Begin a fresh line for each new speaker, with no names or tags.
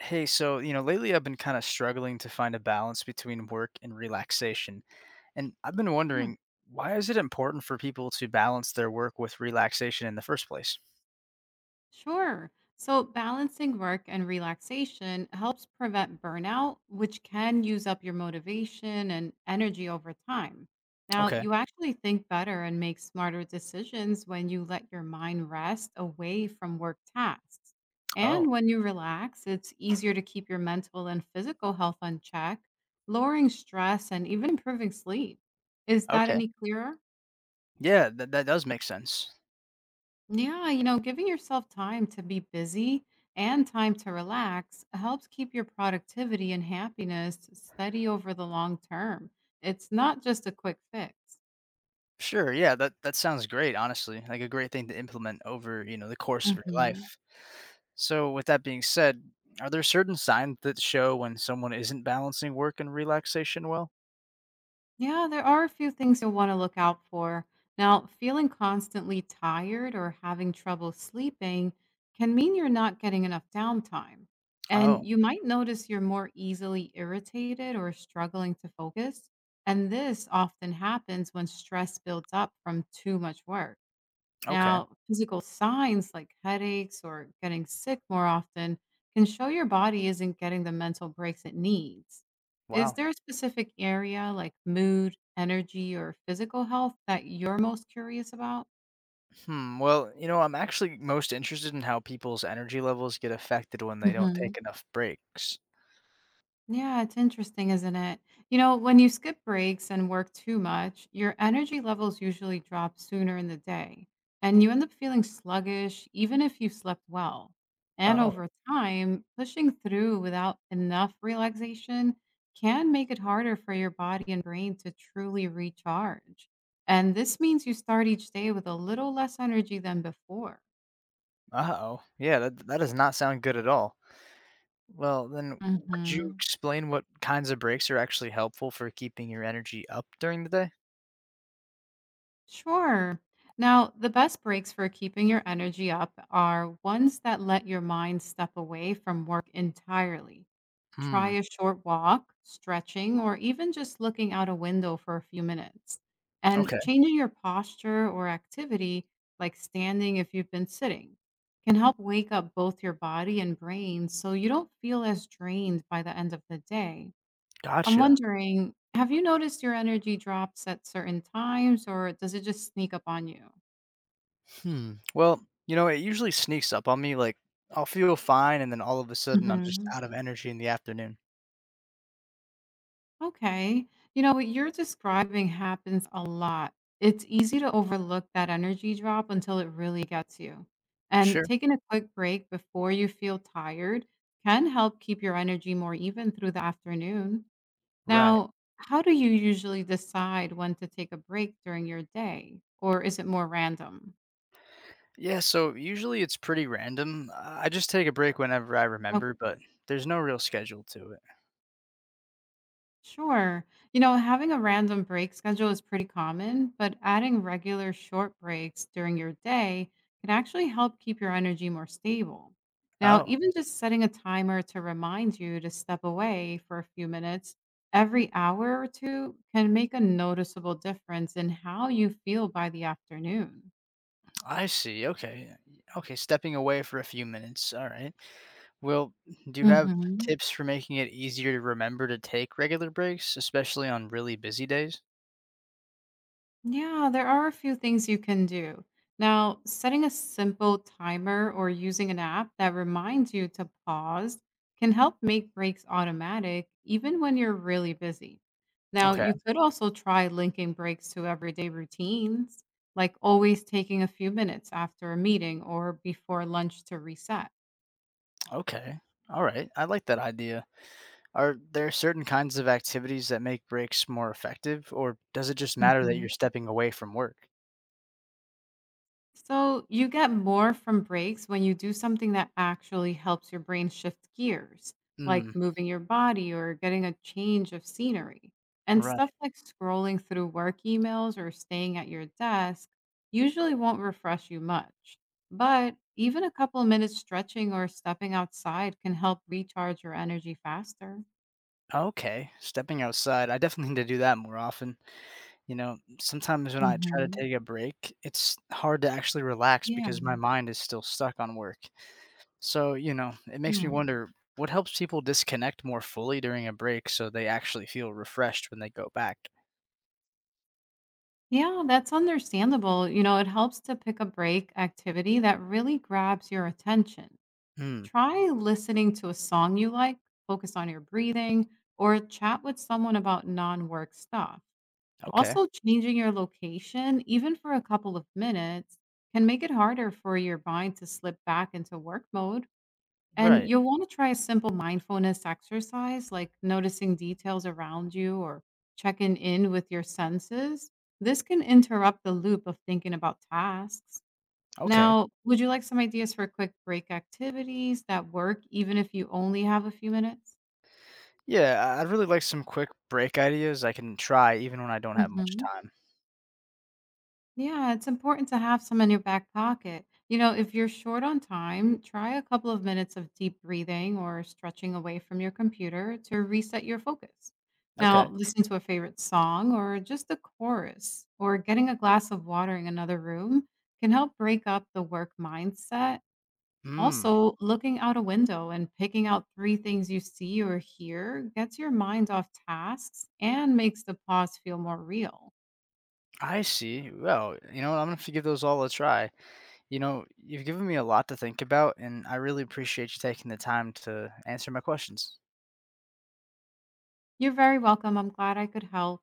Hey, so, you know, lately I've been kind of struggling to find a balance between work and relaxation. And I've been
Hmm.
wondering, why is it important for people to balance their work with relaxation in the first place?
Sure. So, balancing work and relaxation helps prevent burnout, which can use up your motivation and energy over time. Now,
Okay.
you actually think better and make smarter decisions when you let your mind rest away from work tasks.
Oh,
And when you relax, it's easier to keep your mental and physical health on check, lowering stress and even improving sleep. Is that
okay.
any clearer?
Yeah, that does make sense.
Yeah, giving yourself time to be busy and time to relax helps keep your productivity and happiness steady over the long term. It's not just a quick fix.
Sure. Yeah, that sounds great, honestly. Like a great thing to implement over, you know, the course of your life. So, with that being said, are there certain signs that show when someone isn't balancing work and relaxation well?
Yeah, there are a few things you'll want to look out for. Now, feeling constantly tired or having trouble sleeping can mean you're not getting enough downtime. And
Oh,
you might notice you're more easily irritated or struggling to focus. And this often happens when stress builds up from too much work.
okay.
Now, physical signs like headaches or getting sick more often can show your body isn't getting the mental breaks it needs. Is
Wow.
there a specific area like mood, energy, or physical health that you're most curious about?
Hmm. Well, you know, I'm actually most interested in how people's energy levels get affected when they don't
Mhm.
take enough breaks.
Yeah, it's interesting, isn't it? When you skip breaks and work too much, your energy levels usually drop sooner in the day, and you end up feeling sluggish even if you've slept well. And
Oh.
over time, pushing through without enough relaxation can make it harder for your body and brain to truly recharge. And this means you start each day with a little less energy than before.
Uh-oh. Yeah, that does not sound good at all. Well, then could you
Mhm.
explain what kinds of breaks are actually helpful for keeping your energy up during the day?
Sure. Now, the best breaks for keeping your energy up are ones that let your mind step away from work entirely. Try
Hmm.
a short walk, stretching, or even just looking out a window for a few minutes. And
Okay.
changing your posture or activity, like standing if you've been sitting, can help wake up both your body and brain so you don't feel as drained by the end of the day. I'm
Gotcha.
wondering, have you noticed your energy drops at certain times or does it just sneak up on you?
Hmm. Well, you know, it usually sneaks up on me, like I'll feel fine and then all of a sudden I'm just
Mhm.
out of energy in the afternoon.
Okay. You know what you're describing happens a lot. It's easy to overlook that energy drop until it really gets you. And
Sure.
taking a quick break before you feel tired can help keep your energy more even through the afternoon.
Right.
Now, how do you usually decide when to take a break during your day? Or is it more random?
Yeah, so usually it's pretty random. I just take a break whenever I remember, but there's no real schedule to it.
Sure. Having a random break schedule is pretty common, but adding regular short breaks during your day can actually help keep your energy more stable. Now,
Oh,
even just setting a timer to remind you to step away for a few minutes every hour or two can make a noticeable difference in how you feel by the afternoon.
I see. Okay. Okay, stepping away for a few minutes. All right. Well, do you have
hmm
tips for making it easier to remember to take regular breaks, especially on really busy days?
Yeah, there are a few things you can do. Now, setting a simple timer or using an app that reminds you to pause can help make breaks automatic even when you're really busy. Now,
Okay.
you could also try linking breaks to everyday routines, like always taking a few minutes after a meeting or before lunch to reset.
Okay. All right. I like that idea. Are there certain kinds of activities that make breaks more effective, or does it just matter that you're stepping away from work?
So you get more from breaks when you do something that actually helps your brain shift gears,
Hmm.
like moving your body or getting a change of scenery. And stuff
Right.
like scrolling through work emails or staying at your desk usually won't refresh you much. But even a couple of minutes stretching or stepping outside can help recharge your energy faster.
Okay, stepping outside, I definitely need to do that more often. You know, sometimes when I try to
hmm
take a break, it's hard to actually relax
Yeah.
because my mind is still stuck on work. So, you know, it makes me
Hmm.
wonder what helps people disconnect more fully during a break so they actually feel refreshed when they go back.
Yeah, that's understandable. It helps to pick a break activity that really grabs your attention.
Hmm,
Try listening to a song you like, focus on your breathing, or chat with someone about non work stuff.
okay.
Also, changing your location, even for a couple of minutes, can make it harder for your mind to slip back into work mode. And
Right.
you'll want to try a simple mindfulness exercise like noticing details around you or checking in with your senses. This can interrupt the loop of thinking about tasks.
Okay.
Now, would you like some ideas for quick break activities that work even if you only have a few minutes?
Yeah, I'd really like some quick break ideas I can try even when I don't have much
Mhm.
time.
Yeah, it's important to have some in your back pocket. If you're short on time, try a couple of minutes of deep breathing or stretching away from your computer to reset your focus. Now,
Okay.
listen to a favorite song or just a chorus, or getting a glass of water in another room can help break up the work mindset.
Hmm,
Also, looking out a window and picking out three things you see or hear gets your mind off tasks and makes the pause feel more real.
I see. Well, you know what, I'm gonna have to give those all a try. You know, you've given me a lot to think about, and I really appreciate you taking the time to answer my questions.
You're very welcome. I'm glad I could help.